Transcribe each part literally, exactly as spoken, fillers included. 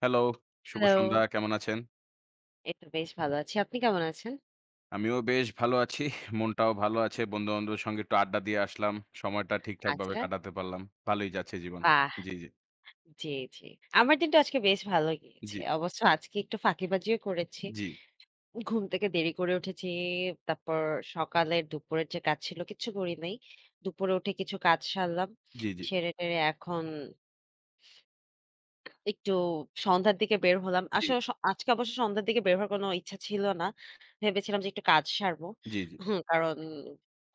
Hello, শুভ hello. সন্ধ্যা। কেমন আছেন? এই তো বেশ ভালো আছি। আপনি কেমন আছেন? আমিও বেশ ভালো আছি। মনটাও ভালো আছে। বন্ধু-বান্ধবের সঙ্গে একটু আড্ডা দিয়ে আসলাম। সময়টা ঠিকঠাকভাবে আচ্ছা। কাটাতে পারলাম। ভালোই যাচ্ছে জীবন। বাহ! জি, জি, জি, জি। আমার দিনটা আজকে বেশ ভালো গিয়েছে। জি, অবশ্য আজকে একটু ফাঁকিবাজিও করেছি। জি, ঘুম থেকে দেরি করে উঠেছি। তারপর সকালের দুপুরের যে কাজ ছিল কিচ্ছু করি নাই। দুপুরে উঠে কিছু কাজ সারলাম। জি, জি, সেরে-টেরে এখন একটু সন্ধ্যার দিকে বের হলাম। জি, আসলে স আজকে অবশ্য সন্ধ্যার দিকে বের হওয়ার কোনো ইচ্ছা ছিল না। ভেবেছিলাম যে একটু কাজ সারবো। জি, জি, হুম, কারণ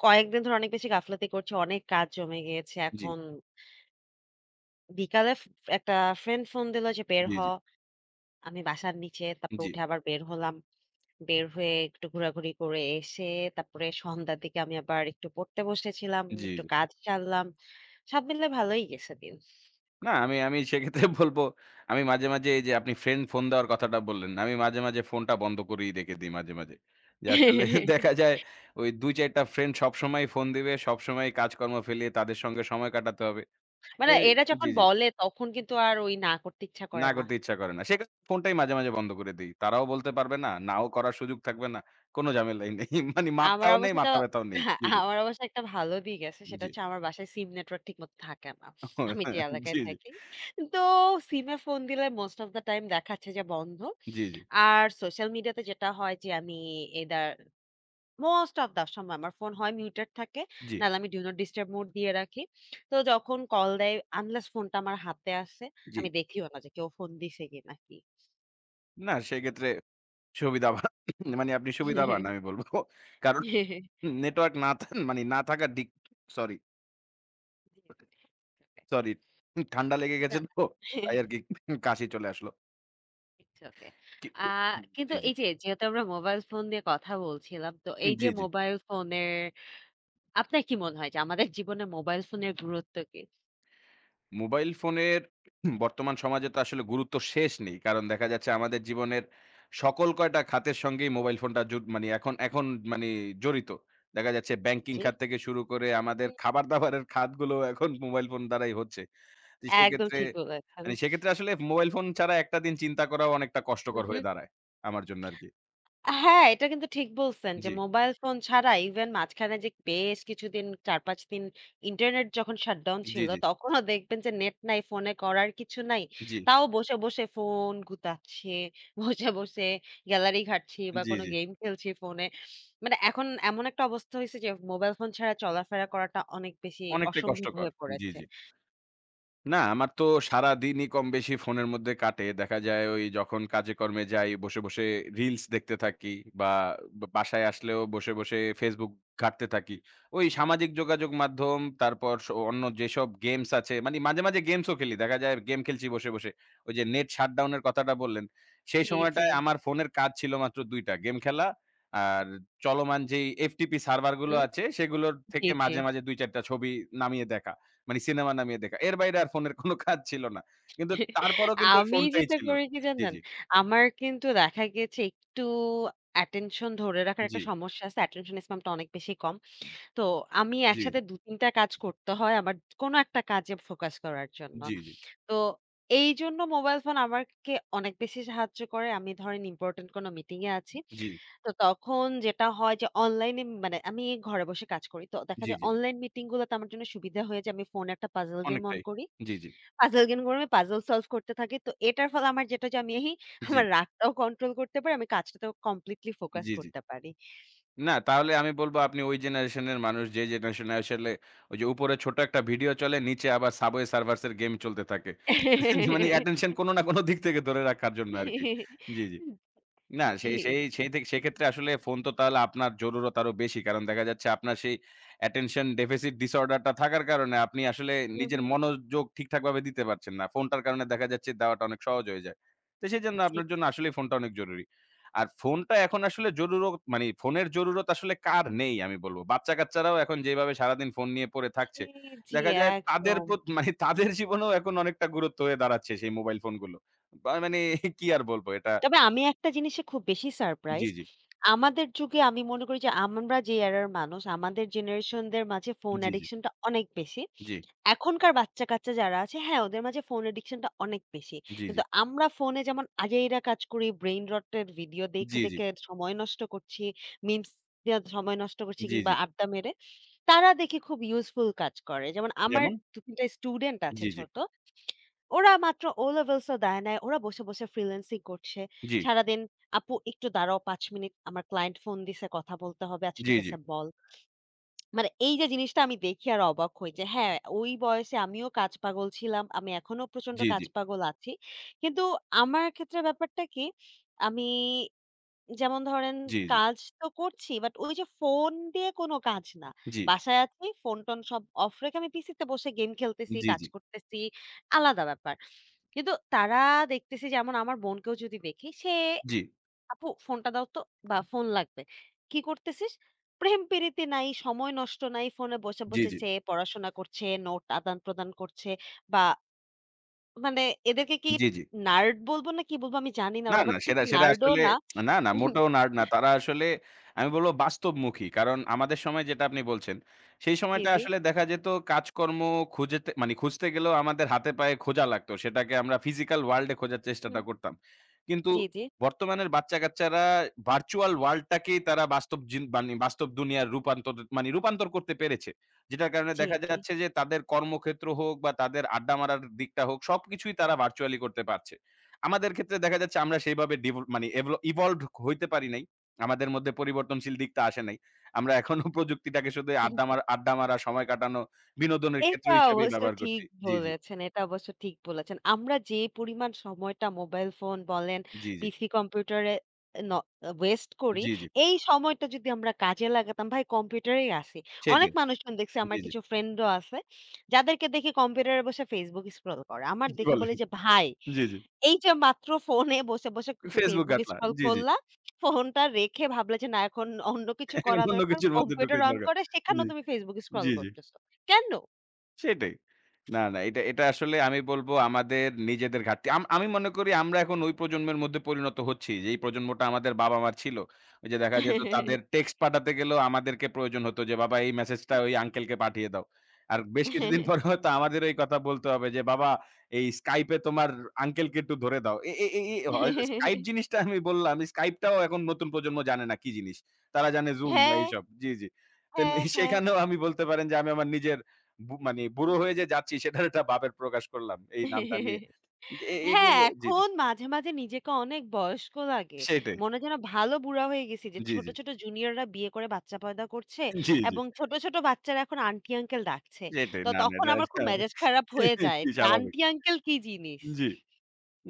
কয়েকদিন ধরে অনেক বেশি গাফলাতি করছি। অনেক কাজ জমে গিয়েছে। জি, এখন বিকালে ফ একটা ফ্রেন্ড ফোন দিল যে, "বের জি, হ।" জি, আমি বাসার নিচে, তারপর উঠে আবার বের হলাম। বের হয়ে একটু ঘোরাঘুরি করে এসে, তারপরে সন্ধ্যার দিকে আমি আবার একটু পড়তে বসেছিলাম, জি, একটু জি। কাজ সারলাম। সব মিলে ভালোই গেছে দিন। না আমি আমি সেক্ষেত্রে বলব, আমি মাঝে, মাঝে এই যে আপনি ফ্রেন্ড ফোন দেওয়ার কথাটা বললেন, আমি মাঝে, মাঝে ফোনটা বন্ধ করেই রেখে দিই মাঝে, মাঝে। যে আসলে দেখা যায় ওই দুই চার টা ফ্রেন্ড সবসময়ই ফোন দিবে, সবসময়ই কাজকর্ম ফেলিয়ে তাদের সঙ্গে সময় কাটাতে হবে। মানে এই এরা জি, যখন জি। বলে, তখন কিন্তু আর ওই না করতে ইচ্ছা না করে না। করতে ইচ্ছা করে না। সেক্ষেত্রে ফোনটাই মাঝে, মাঝে বন্ধ করে দেই। তারাও বলতে পারবে না, নাও করার সুযোগ থাকবে না। কোন ঝামেলাই নেই। মানে আমার মাথাও নেই, অবস্থাটা মাথা ব্যাথাও নেই। হ্যাঁ, জি, জি, আমার অবশ্য একটা ভালো দিক আছে। সেটা জি। হচ্ছে আমার বাসায় সিম নেটওয়ার্ক ঠিকমতো থাকে না। আমি যে জি, এলাকায় জি, থাকি। তো সিমে ফোন দিলে মোস্ট অফ দ্যা টাইম দেখাচ্ছে যে বন্ধ। জি, জি, আর সোশ্যাল মিডিয়াতে যেটা হয় যে আমি এদার মোস্ট অফ দা সময় আমার ফোন হয় মিউটেড থাকে। জি, নাহলে আমি ডু নট ডিস্টার্ব মোড দিয়ে রাখি। তো যখন কল দেয় আনলেস ফোনটা আমার হাতে আসে, জি। আমি দেখিও না যে কেউ ফোন দিছে কিনা কি। নাকি। না সেক্ষেত্রে সুবিধাবান মানে আপনি জি। সুবিধাবান আমি বলব। কারণ জি, জি। নেটওয়ার্ক না থা মানে না থাকার দিক সরি, সরি। ঠান্ডা লেগে গেছে না, না। তো। তাই আরকি কাশি চলে আসলো। It's okay. কি আ জি, কিন্তু জি, এই যে যেহেতু আমরা মোবাইল ফোন নিয়ে কথা বলছিলাম, তো এই যে জি, জি। মোবাইল ফোনের আপনার কি মনে হয় যে আমাদের জীবনে মোবাইল ফোনের গুরুত্ব কি? মোবাইল ফোনের বর্তমান সমাজে তো আসলে গুরুত্ব শেষ নেই। কারণ দেখা যাচ্ছে আমাদের জীবনের সকল কয়টা খাতের সঙ্গেই মোবাইল ফোনটা জু মানি এখন এখন মানি জড়িত। দেখা যাচ্ছে ব্যাংকিং জি। খাত থেকে শুরু করে আমাদের হুম। খাবার-দাবারের খাতগুলো এখন মোবাইল ফোন দ্বারাই হচ্ছে। তো একদম সেক্ষেত্রে ঠিক বলেছেন। মানে সেক্ষেত্রে আসলে মোবাইল ফোন ছাড়া একটা দিন চিন্তা করাও অনেকটা হুম, কষ্টকর হুম। হয়ে দাঁড়ায় আমার জন্য আরকি। হ্যাঁ, এটা কিন্তু ঠিক বলছেন যে জি, মোবাইল ফোন ছাড়া ইভেন মাঝখানে যে বেশ কিছুদিন চার-পাঁচ দিন ইন্টারনেট যখন শাটডাউন জি, ছিল, জি, তখনও দেখবেন যে নেট নাই, ফোনে করার কিছু নাই। জি, তাও বসে, বসে ফোন গুতাচ্ছে, বসে, বসে গ্যালারি ঘাঁটছি বা জি, কোনো জি। গেম খেলছি ফোনে। মানে এখন এমন একটা অবস্থা হইছে যে মোবাইল ফোন ছাড়া চলাফেরা করাটা অনেক বেশি অনেকটাই অসম্ভব কষ্টকর। হয়ে জি, পড়েছে। জি। না, আমার তো সারাদিনই কমবেশি ফোনের মধ্যে কাটে। দেখা যায় ওই যখন কাজে-কর্মে যাই, বসে, বসে রিলস দেখতে থাকি বা বা বাসায় আসলেও বসে, বসে Facebook ঘাঁটতে থাকি। ওই সামাজিক যোগাযোগ মাধ্যম, তারপর স অন্য যেসব গেমস আছে, মানে মাঝে, মাঝে গেমসও খেলি। দেখা যায় গেম খেলছি বসে, বসে। ওই যে নেট শাটডাউন এর কথাটা বললেন, সেই জি। জি, জি। সময়টায় আমার ফোনের কাজ ছিল মাত্র দুই টা। গেম খেলা আর চলমান যেই এফ টি পি সার্ভার গুলো হুম, আছে, সেগুলোর জি, থেকে জি। মাঝে, মাঝে দুই চার টা ছবি নামিয়ে দেখা। মানে সিনেমা নামিয়ে দেখা। এর বাইরে আর ফোনের কোনো কাজ ছিল না। কিন্তু তারপরেও কিন্তু ওই আমি ফোনটাই যেটা ছিল। করি কি জি, জানেন? জি, আমার কিন্তু দেখা গেছে একটু attention ধরে রাখার জি, একটা সমস্যা আছে। Attention span টা অনেক বেশি কম। তো আমি জি, একসাথে দুই-তিন টা কাজ করতে হয় আমার কোনো একটা কাজে ফোকাস করার জন্য। জি, জি, তো এইজন্য মোবাইল ফোন আমাকে অনেক বেশি সাহায্য করে। আমি ধরেন ইম্পোর্টেন্ট কোনো মিটিং এ আছি। জি, তো তখন যেটা হয় যে অনলাইনে মানে আমি ঘরে বসে কাজ করি। তো দেখা জি, যায় জি, অনলাইন মিটিং গুলোতে আমার জন্য সুবিধা হয়ে যায়। আমি ফোনে একটা পাজল গেম অন অনেকটাই। করি। জি, জি, পাজল গেমগুলোর আমি পাজল সলভ করতে থাকি। তো এটার ফলে আমার যেটা যে আমি জি, আমার রাগটাও কন্ট্রোল করতে পারি। আমি কাজটাতেও কমপ্লিটলি ফোকাস জি, জি। করতে পারি। না তাহলে আমি বলব আপনি ওই জেনারেশনের মানুষ যে জেনারেশনে আসলে ওই যে উপরে ছোট একটা ভিডিও চলে নিচে আবার Subway Surfers এর গেম চলতে থাকে। মানে অ্যাটেনশন কোনো না কোনো দিক থেকে ধরে রাখার জন্য আরকি। জি, জি। না, জি, সেই সেই জি। সেই থেকে সেক্ষেত্রে আসলে ফোন তো তাহলে আপনার জরুরত আরো বেশি। কারণ দেখা যাচ্ছে আপনার সেই attention deficit disorder টা থাকার কারণে আপনি আসলে হু, নিজের হু। মনোযোগ ঠিকঠাকভাবে দিতে পারছেন না। ফোনটার কারণে দেখা যাচ্ছে দেওয়াটা অনেক সহজ হয়ে যায়। তো সেজন্য জি, আপনার জন্য আসলেই ফোনটা অনেক জরুরি। আর ফোনটা এখন আসলে জরুরত মানে ফোনের জরুরত আসলে কার নেই আমি বলব। বাচ্চা-কাচ্চারাও এখন যেভাবে সারাদিন ফোন নিয়ে পড়ে জি, থাকছে, জি দেখা যায় তাদের একদম। প্রত মানে তাদের জীবনেও এখন অনেকটা গুরুত্ব হয়ে দাঁড়াচ্ছে সেই মোবাইল ফোনগুলো। বা মানে কি আর বলব এটা তবে আমি একটা জিনিসে খুব বেশি জি, সারপ্রাইজড। জি। আমাদের যুগে আমি মনে করি যে আমরা যে এরার মানুষ, আমাদের জেনারেশন দের মাঝে ফোন জি, জি, অ্যাডিকশন টা অনেক বেশি। জি, এখনকার বাচ্চা-কাচ্চা যারা আছে, হ্যাঁ, ওদের মাঝে ফোন অ্যাডিকশন টা অনেক বেশি। জি, জি, কিন্তু আমরা ফোনে যেমন আজাইরা কাজ করি, ব্রেইন রট এর ভিডিও দেখে, জি, জি, দেখে সময় নষ্ট করছি, মিমস দিয়ে সময় নষ্ট করছি জি, কিংবা জি, আড্ডা মেরে। তারা দেখি খুব ইউজফুল কাজ করে। যেমন আমার যেমন? দুই-তিন টা স্টুডেন্ট আছে জি, জি, ছোট। ওরা মাত্র ও লেভেলস ও দেয় নাই। ওরা বসে, বসে ফ্রিল্যান্সিং করছে। জি, সারাদিন "আপু একটু দাঁড়াও পাঁচ মিনিট আমার ক্লায়েন্ট ফোন দিছে কথা বলতে হবে। আচ্ছা জি, ঠিক জি, আছে বল।" মানে এই যে জিনিসটা আমি দেখি আর অবাক হই যে হ্যাঁ, ওই বয়সে আমিও কাজ পাগল ছিলাম। আমি এখনো প্রচন্ড জি, কাজ জি, পাগল আছি। কিন্তু আমার ক্ষেত্রে ব্যাপারটা কি আমি যেমন ধরেন জি, জি, কাজ তো করছি বাট ওই যে ফোন দিয়ে কোনো কাজ না। জি, বাসায় আছি, ফোন-টোন সব অফ রেখে আমি পিসিতে বসে গেম খেলতেছি, জি, কাজ জি, করতেছি। আলাদা ব্যাপার। কিন্তু তারা দেখতেছি যেমন আমার বোনকেও যদি দেখি, সে "আপু ফোনটা দাও তো" বা "ফোন লাগবে।" "কি করতেছিস?" প্রেম-প্রীতি নাই, সময় নষ্ট নাই। ফোনে বসে, জি, বসে জি, সে পড়াশোনা করছে, নোট আদান-প্রদান করছে বা মানে এদেরকে কি জি, জি। নার্ড বলব না কি বলব আমি জানি না। না, ওরা না আবার ঠিক সেটা, সেটা নার্ড ও আসলে না। না, না মোটেও নার্ড না। তারা আসলে আমি বলব বাস্তবমুখী। কারণ আমাদের সময় যেটা আপনি বলছেন, সেই জি, সময়টা জি। আসলে দেখা যেত কাজকর্ম খুঁজেতে মানে খুঁজতে গেলেও আমাদের হাতে পায়ে খোঁজা লাগতো। সেটাকে আমরা ফিজিক্যাল ওয়ার্লড এ খোঁজার চেষ্টাটা হুম। করতাম। কিন্তু জি, জি, বর্তমানের বাচ্চা-কাচ্চারা ভার্চুয়াল ওয়ার্লড টাকেই তারা বাস্তব জিন মানে বাস্তব দুনিয়ার রূপান্তর মানে রূপান্তর করতে পেরেছে। যেটার কারণে জি, দেখা জি। যাচ্ছে যে তাদের কর্মক্ষেত্র হোক বা তাদের আড্ডা মারার দিকটা হোক সবকিছুই তারা ভার্চুয়ালি করতে পারছে। আমাদের ক্ষেত্রে দেখা যাচ্ছে আমরা সেইভাবে ডিভল মানে এভল ইভলভড হইতে পারি নাই। আমাদের মধ্যে পরিবর্তনশীল দিকটা আসে নাই। আমরা এখনো প্রযুক্তিটাকে শুধু আড্ডা মারা আড্ডা মারা, সময় কাটানো, বিনোদনের ক্ষেত্র এটা হিসেবেই অবশ্য ব্যবহার ঠিক করছি। জি, জি, বলেছেন, এটা অবশ্য ঠিক বলেছেন। আমরা যে পরিমাণ সময়টা মোবাইল ফোন বলেন, জি, জি, পিসি কম্পিউটারে ন ওয়েস্ট করি, জি, জি, এই সময়টা যদি আমরা কাজে লাগাতাম, ভাই কম্পিউটারেই আসি। অনেক সেটাই। মানুষজন দেখছি জি, আমার জি। কিছু ফ্রেন্ডও আছে, যাদেরকে দেখি কম্পিউটারে বসে Facebook স্ক্রল করে। আমার কি দেখে বলেন? বলি যে, "ভাই" জি, জি। এই যে মাত্র ফোনে বসে, বসে Facebook Facebook ঘাঁটলা। স্ক্রল জি, জি। করলা। ফোনটা রেখে ভাবলা যে, "না এখন অন্য কিছু এখন করা অন্য দরকার।" কিছুর মধ্যে ঢুকে কম্পিউটার অন দরকার। করে জি, সেখানেও তুমি Facebook স্ক্রল জি, জি। করতেছো। কেন? সেটাই। না, না এটা এটা আসলে আমি বলব আমাদের নিজেদের ঘাটতি। আম আমি মনে করি আমরা এখন ওই প্রজন্মের মধ্যে পরিণত হচ্ছি। যেই প্রজন্মটা আমাদের বাবা-মার ছিল। ওই যে দেখা যেত তাদের টেক্সট পাঠাতে গেলেও আমাদেরকে প্রয়োজন হতো যে, "বাবা এই মেসেজটা ওই আঙ্কেলকে পাঠিয়ে দাও।" আর বেশ কিছুদিন পরে হয়তো আমাদেরও এই কথা বলতে হবে যে, "বাবা এই Skype এ তোমার আঙ্কেলকে একটু ধরে দাও।" এ এ এই হয় Skype জিনিসটা আমি বললাম, Skype টাও এখন নতুন প্রজন্ম জানে না কি জিনিস। তারা জানে Zoom বা হ্যাঁ, এইসব। জি, জি। তেন হ্যাঁ, সেখানেও আমি বলতে পারেন যে আমি আমার নিজের বু মানে বুড়ো হয়ে যে যাচ্ছি সেটার একটা ভাবের প্রকাশ করলাম। এই নামটা হ্যাঁ। নিয়ে। যে এ হ্যাঁ, এগুলো জি, জি। এখন মাঝে, মাঝে নিজেকে অনেক বয়স্ক লাগে। সেটাই। মনে হয় যেন ভালো বুড়া হয়ে গেছি যে জি, ছোট, জি। ছোট জুনিয়ররা বিয়ে করে বাচ্চা পয়দা করছে জি, জি। এবং ছোট, ছোট বাচ্চারা এখন আন্টি আঙ্কেল ডাকছে। সেটাই। তো না, না তখন এটা আমার খুব একটা মেজাজ খারাপ হয়ে যায় জি, যে স্বাভাবিক। আন্টি আঙ্কেল কি জিনিস? জি।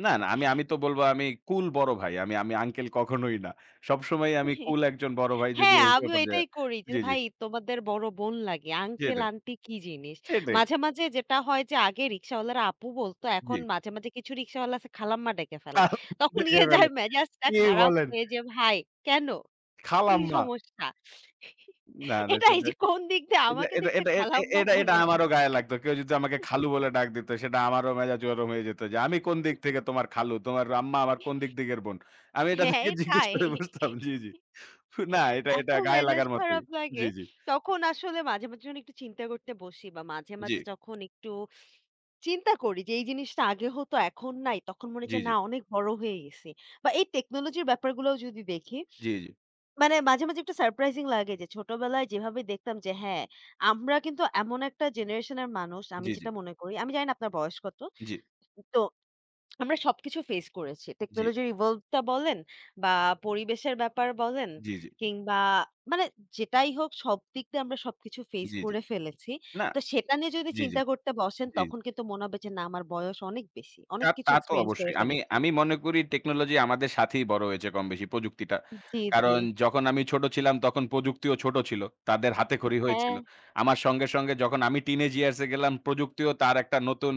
না, না আমি আমি তো বলব আমি কুল বড় ভাই। আমি আমি আঙ্কেল কখনোই না। সবসময় আমি কুল একজন বড় ভাই যদি হ্যাঁ, এই আমিও ব্যাপার যে এটাই করি যে জি, জি। ভাই তোমাদের বড় বোন লাগে। আঙ্কেল সেটাই, আন্টি কি জিনিস? সেটাই। মাঝে, মাঝে যেটা হয় যে আগে রিক্শাওয়ালারা আপু বলতো জি। এখন মাঝে, মাঝে কিছু রিক্শাওয়ালা আছে খালাম্মা ডেকে ফেলে। তখন দেখে গিয়ে যায় ফেলে। মেজাজটা কি খারাপ বলেন? হয়ে যে ভাই কেন? কি খালাম্মা। সমস্যা? না, না এটাই সেটা যে কোন দিক দিয়ে এটা আমাকে এটা দেখতে এটা এ এ খালাম্মা এটা এটা মনে হয়। আমারও গায়ে লাগতো। কেউ যদি আমাকে খালু বলে ডাক দিত, সেটা আমারও মেজাজ গরম হয়ে যেত যে, "আমি কোন দিক থেকে তোমার খালু? তোমার আম্মা আমার কোন দিক দিকের বোন?" আমি এটা হ্যাঁ, থেকে জিজ্ঞেস এটাই। করে বুঝতাম। জি, জি। না, এটা এত এটা গায়ে মেজাজ লাগার মতোই। খারাপ লাগে। জি, জি। তখন আসলে মাঝে, মাঝে যখন একটু চিন্তা করতে বসি বা মাঝে, জি, মাঝে যখন একটু চিন্তা করি যে এই জিনিসটা আগে হতো এখন নাই, তখন মনে হয় জি, যে জি, না অনেক বড় হয়ে গেছি। বা এই টেকনোলজির ব্যাপারগুলোও যদি দেখি, জি, জি, মানে মাঝে, মাঝে একটু সারপ্রাইজিং লাগে যে ছোটবেলায় যেভাবে দেখতাম যে হ্যাঁ, আমরা কিন্তু এমন একটা জেনারেশনের মানুষ আমি জি, জি, যেটা মনে করি, আমি জানি না আপনার বয়স কত? জি, জি, তো আমরা সবকিছু ফেস করেছি। টেকনোলজির evolve টা বলেন বা পরিবেশের ব্যাপার বলেন জি, জি, কিংবা মানে যেটাই হোক সবদিক দিয়ে আমরা সবকিছু ফেস জি, জি করে ফেলেছি। না, তো সেটা নিয়ে যদি জি, জি, চিন্তা করতে বসেন জি। তখন কিন্তু মনে হবে যে না আমার বয়স অনেক বেশি। তা অনেক কিছু তা তো এক্সপেরিয়েন্স করে অবশ্যই। আমি ফেলেছি। আমি মনে করি টেকনোলজি আমাদের সাথেই বড় হয়েছে কমবেশি প্রযুক্তিটা। জি, জি। কারণ যখন আমি ছোট ছিলাম তখন প্রযুক্তিও ছোট ছিল। তাদের হাতেখড়ি হ্যাঁ, হয়েছিল। আমার সঙ্গে, সঙ্গে যখন আমি টিনেজ ইয়ার্স এ গেলাম প্রযুক্তিও তার একটা নতুন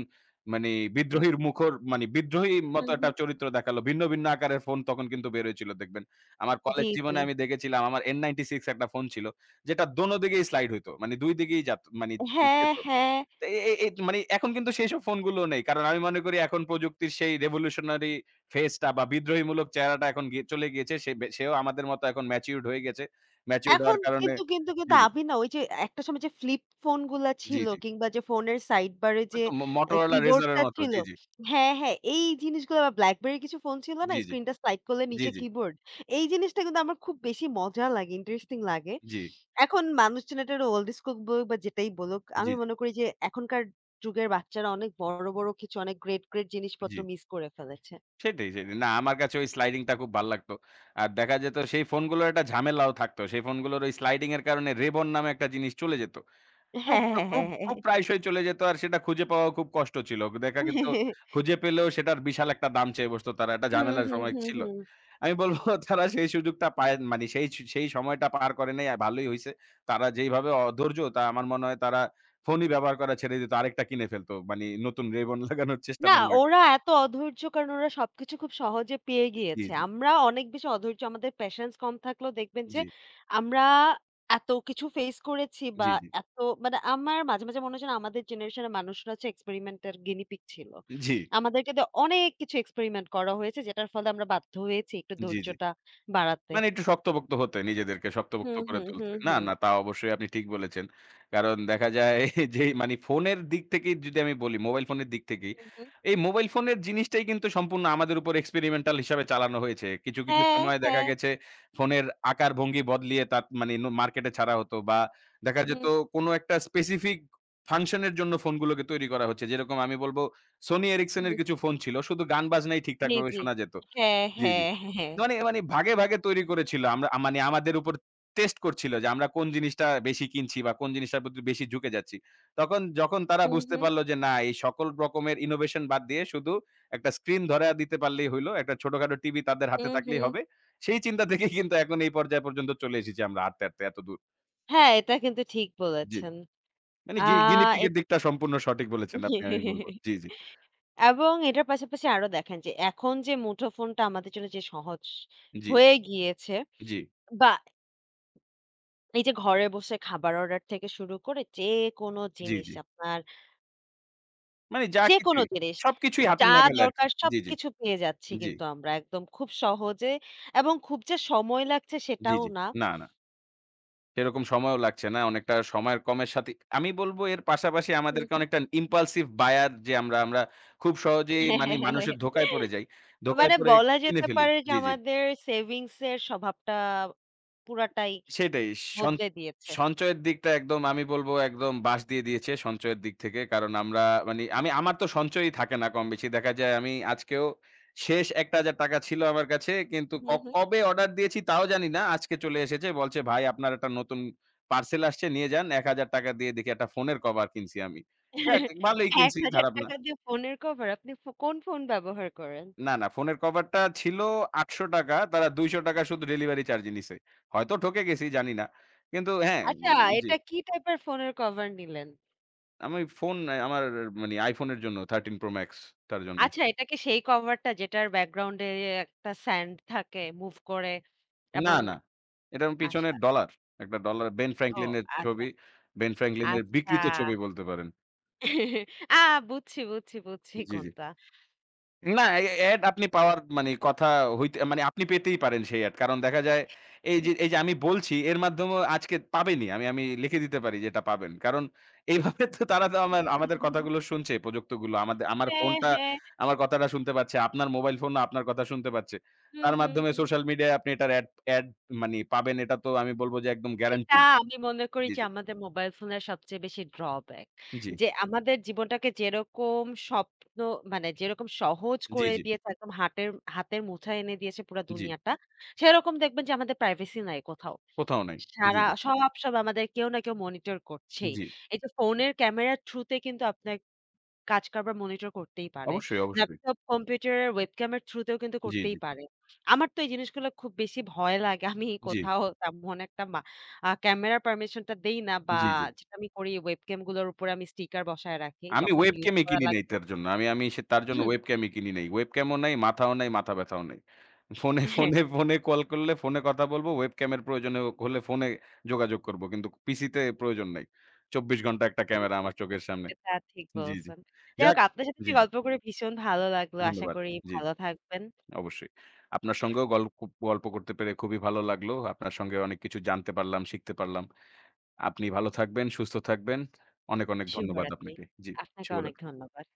মানে জি। বিদ্রোহীর মুখর মানে বিদ্রোহীর মতো হুম, একটা হুম। চরিত্র দেখালো। ভিন্ন, ভিন্ন আকারের ফোন তখন কিন্তু বের হয়েছিল দেখবেন। আমার কলেজ জি, জি। জীবনে আমি দেখেছিলাম আমার এন নাইন্টি সিক্স একটা ফোন ছিল। যেটা দোনো দিকেই স্লাইড হইতো। মানে দুই দিকেই যাত মানে হ্যাঁ, যেত। হ্যাঁ। তো এ এ এ মানে এখন কিন্তু সেইসব ফোনগুলো নেই। কারণ আমি মনে করি এখন প্রযুক্তির সেই revolutionary phase টা বা বিদ্রোহীমূলক চেহারাটা এখন গিয়ে চলে গিয়েছে। সে বে সেও আমাদের মতো এখন ম্যাচিউরড হয়ে গেছে। ম্যাচিউরড হওয়ার এখন কারণে কিন্তু কিন্তু কিন্তু জি, আমি না ওই যে একটা সময় যে ফ্লিপ ফোন গুলা জি, ছিল জি। কিংবা যে ফোনের সাইড বারে ওই যে তো ম আ Motorola Razor এর কিবোর্ডটা মতো। ছিল জি, জি, হ্যাঁ, হ্যাঁ, এই জিনিসগুলো বা BlackBerry কিছু ফোন ছিল না? জি, স্ক্রিনটা স্লাইড করলে জি, নিচে জি, কিবোর্ড। এই জিনিসটা কিন্তু আমার খুব বেশি মজা লাগে, ইন্টারেস্টিং লাগে। জি, জি, এখন মানুষজন এটার ওল্ড স্কুল বলুক বা যেটাই বলুক, আমি জি, জি, মনে করি যে এখনকার যুগের বাচ্চারা অনেক বড়, বড় কিছু অনেক গ্রেট, গ্রেট জিনিসপত্র জি। মিস করে ফেলেছে। সেটাই, সেটাই। না আমার কাছে ওই স্লাইডিং টা খুব ভাল লাগতো। আর দেখা যেত সেই ফোনগুলোর একটা ঝামেলাও থাকতো। সেই ফোনগুলোর ওই স্লাইডিং এর কারণে রেবন নামে একটা জিনিস চলে যেত। খুব, হ্যাঁ, হ্যাঁ, খুব, হ্যাঁ, খুব হ্যাঁ। প্রায়শই চলে যেত আর সেটা খুঁজে পাওয়া খুব কষ্ট ছিল। দেখা গেত হ্যাঁ। খুঁজে পেলেও সেটার বিশাল একটা দাম চেয়ে বসত তারা। একটা হুম, ঝামেলার হুম, সময় হুম, ছিল। হুম। আমি বলব তারা সেই সুযোগটা পায় মানে সেই সু সেই সময়টা পার করে নাই আ ভালোই হইছে। তারা যেইভাবে অধৈর্য তা আমার মনে হয় তারা ফোনই ব্যবহার করা ছেড়ে দিত। আরেকটা কিনে ফেলত। মানে নতুন রিবন লাগানোর না, চেষ্টাটা না করে। ওরা এত অধৈর্য কারণ ওরা সবকিছু খুব সহজে পেয়ে জি, গিয়েছে। জি, আমরা অনেক বেশি অধৈর্য, আমাদের প্যাশন্স কম থাকলেও দেখবেন যে জি, আমরা এত কিছু ফেস করেছি জি, বা জি, এত মানে আমার মাঝে, মাঝে মনে হচ্ছে না আমাদের জেনারেশনের মানুষরা হচ্ছে এক্সপেরিমেন্টের গিনি পিগ ছিল। জি, আমাদেরকে দিয়ে অনেক কিছু এক্সপেরিমেন্ট করা হয়েছে যেটার ফলে আমরা বাধ্য হয়েছি একটু জি, জি। ধৈর্যটা বাড়াতে। মানে একটু শক্তপোক্ত হতে, নিজেদেরকে শক্তপোক্ত হুম, করে হুম, তুলতে। হুম, না, হুম। না তা অবশ্যই আপনি ঠিক বলেছেন। কারণ দেখা যায় যেই মানে ফোনের দিক থেকেই যদি আমি বলি, মোবাইল ফোনের দিক থেকেই, হুম, হুম। এই মোবাইল ফোনের জিনিসটাই কিন্তু সম্পূর্ণ আমাদের উপর এক্সপেরিমেন্টাল হিসাবে চালানো হয়েছে। কিছু, কিছু হ্যাঁ, সময় হ্যাঁ। দেখা গেছে ফোনের আকার ভঙ্গি বদলিয়ে তাত মানে ন মার্কেটে ছাড়া হতো বা দেখা যেত হুম, কোনো একটা স্পেসিফিক ফাংশনের জন্য ফোনগুলোকে তৈরি করা হচ্ছে। যেরকম আমি বলব Sony Ericsson হুম। এর কিছু ফোন ছিল। শুধু গান বাজনাই জি, ঠিকঠাকভাবে জি। শোনা যেত। হ্যাঁ, জি, জি। হ্যাঁ, হ্যাঁ। মানে মানে ভাগে, ভাগে তৈরি করেছিল। আমরা আ মানে আমাদের উপর টেস্ট করছিল যে আমরা কোন জিনিসটা বেশি কিনছি বা কোন জিনিসটার প্রতি বেশি ঝুঁকে যাচ্ছি। তখন যখন তারা হুম, বুঝতে হুম, পারল যে না এই সকল রকমের ইনোভেশন বাদ দিয়ে শুধু একটা স্ক্রিন ধরায়া দিতে পারলেই হইল। একটা ছোটখাটো টিভি তাদের হাতে হুম, থাকলেই হুম। হবে। সেই চিন্তা থেকেই কিন্তু এখন এই পর্যায় পর্যন্ত চলে এসেছি আমরা হাঁটতে, হাঁটতে এতদূর। হ্যাঁ, এটা কিন্তু ঠিক জি। বলেছেন। মানে আ গি গিনিপিগ এর এট দিকটা সম্পূর্ণ সঠিক বলেছেন আপনি আমি বলব। জি, জি। এবং এটার পাশাপাশি আরো দেখেন যে এখন যে মুঠোফোনটা আমাদের জন্য যে সহজ জি, হয়ে গিয়েছে জি, বা এই যে ঘরে বসে খাবার অর্ডার থেকে শুরু করে যেকোনো জি, জিনিস জি। আপনার মানে যা যেকোনো কিছুই জিনিস সবকিছুই হাতের যা নাগালে আরকি। দরকার জি, জি, সবকিছু পেয়ে যাচ্ছি জি। কিন্তু আমরা একদম খুব সহজে এবং খুব যে সময় লাগছে জি, সেটাও জি। না। না, না। সেরকম সময়ও লাগছে না। অনেকটা সময়ের কমের সাথে আমি বলব এর পাশাপাশি হু, আমাদেরকে হু। অনেকটা impulsive buyer যে আমরা, আমরা খুব সহজেই মানি মানুষের ধোকায় পড়ে যাই। ধোকায় মানে পড়ে বলা কিনে যেতে ফেলি। পারে যে জি, জি। আমাদের সেভিংস এর স্বভাবটা পুরাটাই সেটাই। সন বদলে দিয়েছে। সঞ্চয়ের দিকটা একদম আমি বলব একদম বাদ দিয়ে দিয়েছে সঞ্চয়ের দিক থেকে। কারণ আমরা মানি আমি আমার তো সঞ্চয়ই থাকে না কম বেশি। দেখা যায় আমি আজকেও শেষ ৳এক হাজার টাকা ছিল আমার কাছে। কিন্তু ক হুম, হুম। কবে অর্ডার দিয়েছি তাও জানি না। আজকে চলে এসেছে। বলছে, "ভাই আপনার একটা নতুন পার্সেল আসছে নিয়ে যান।" ৳এক হাজার টাকা দিয়ে দেখি একটা ফোনের কভার কিনছি আমি। যাক ভালোই কিনছি, খারাপ না। ৳এক হাজার দিয়ে ফোনের কভার? আপনি ফো কোন ফোন ব্যবহার করেন? না, না ফোনের কভারটা ছিল ৳আটশো টাকা তারা ৳দুইশো টাকা শুধু ডেলিভারি চার্জ নিছে। হয়তো ঠকে গেছি জানি না। কিন্তু হ্যাঁ, আচ্ছা, উম, জি। এটা কি টাইপের ফোনের কভার নিলেন? আমি ফোন আমার মানে iPhone এর জন্য থার্টিন Pro Max তার জন্য। আচ্ছা, এটা কি সেই কভারটা যেটার ব্যাকগ্রাউন্ড এ একটা স্যান্ড থাকে মুভ করে না, এবং না। এটার পিছনে আচ্ছা, ডলার। একটা ডলার Ben ও Franklin এর আচ্ছা, ছবি। Ben Franklin এর আচ্ছা। বিকৃত ছবি বলতে পারেন। আ বুঝছি, বুঝছি, বুঝছি জি, জি। কোনটা। না, এ এড আপনি পাওয়ার মানে কথা হইতে মানে আপনি পেতেই পারেন সেই এড। কারণ দেখা যায় এই যে এই যে আমি বলছি এর মাধ্যমেও আজকে পাবেনই। আমি আমি লিখে দিতে পারি যে এটা পাবেন। কারণ এইভাবে তো তারা তো আমার আমাদের কথাগুলো শুনছে প্রযুক্তগুলো। আমাদের আমার হ্যাঁ, ফোনটা হ্যাঁ। আমার কথাটা শুনতে পাচ্ছে। আপনার মোবাইল ফোনও আপনার কথা শুনতে পাচ্ছে। হুম, তার হুম, মাধ্যমে হুম। সোশ্যাল মিডিয়ায় আপনি এটার এড এড মানে পাবেন এটা তো আমি বলব যে একদম এটা গ্যারান্টি। আমি মনে করি জি, যে জি, আমাদের মোবাইল ফোনের সবচেয়ে বেশি ড্রব্যাক। জি, যে আমাদের জীবনটাকে যেরকম স্বপ্ন মানে যেরকম সহজ জি, করে জি, দিয়েছে একদম হাটের হাতের মুঠায় এনে দিয়েছে পুরা জি। দুনিয়াটা, সেরকম দেখবেন যে আমাদের প্রাইভেসি নাই কোথাও। কোথাও নাই। জি, সারা সব সময় আমাদের কেউ না কেউ মনিটর জি, করছেই। জি। এই যে ফোনের ক্যামেরার থ্রুতে কিন্তু আপনার কাজকারবার মনিটর করতেই পারে। অবশ্যই, অবশ্যই। ল্যাপটপ, কম্পিউটারের webcam এর থ্রু তেও কিন্তু জি, করতেই জি, পারে। আমার তো এই জিনিসগুলো খুব বেশি ভয় লাগে। আমি জি, কোথাও তেমন একটা মা আ ক্যামেরার পারমিশন টা দেই না বা জি, জি। যেটা আমি করি webcam গুলোর উপরে আমি স্টিকার বসায় রাখি। আমি যখন ইউজ webcam ই করা কিনি নাই লাগবে তার জন্য। আমি আমি সে তার জন্য হুম, webcam ই কিনি নাই। webcam ও নাই, মাথাও নাই, মাথা ব্যাথাও নাই। ফোনে হ্যাঁ, ফোনে ফোনে কল করলে ফোনে কথা বলব, webcam এর প্রয়োজনে হলে ফোনে যোগাযোগ করব। কিন্তু পিসিতে প্রয়োজন নাই। চব্বিশ ঘন্টা একটা জি, ক্যামেরা জি। আমার চোখের সামনে। এটা ঠিক জি, জি। বলছেন। যাই যাক হোক আপনার সাথে জি, জি। গল্প করে ভীষণ ভালো লাগলো। আশা ধন্যবাদ। করি জি, জি। ভালো থাকবেন। অবশ্যই। আপনার সঙ্গেও গল্প গল্প করতে পেরে খুবই ভালো লাগলো। আপনার সঙ্গে অনেক কিছু জানতে পারলাম, শিখতে পারলাম। আপনি ভালো থাকবেন, সুস্থ থাকবেন। অনেক, অনেক ধন্যবাদ শুভরাত্রি। আপনাকে। জি, আপনাকে অনেক শুভরাত্রি। ধন্যবাদ।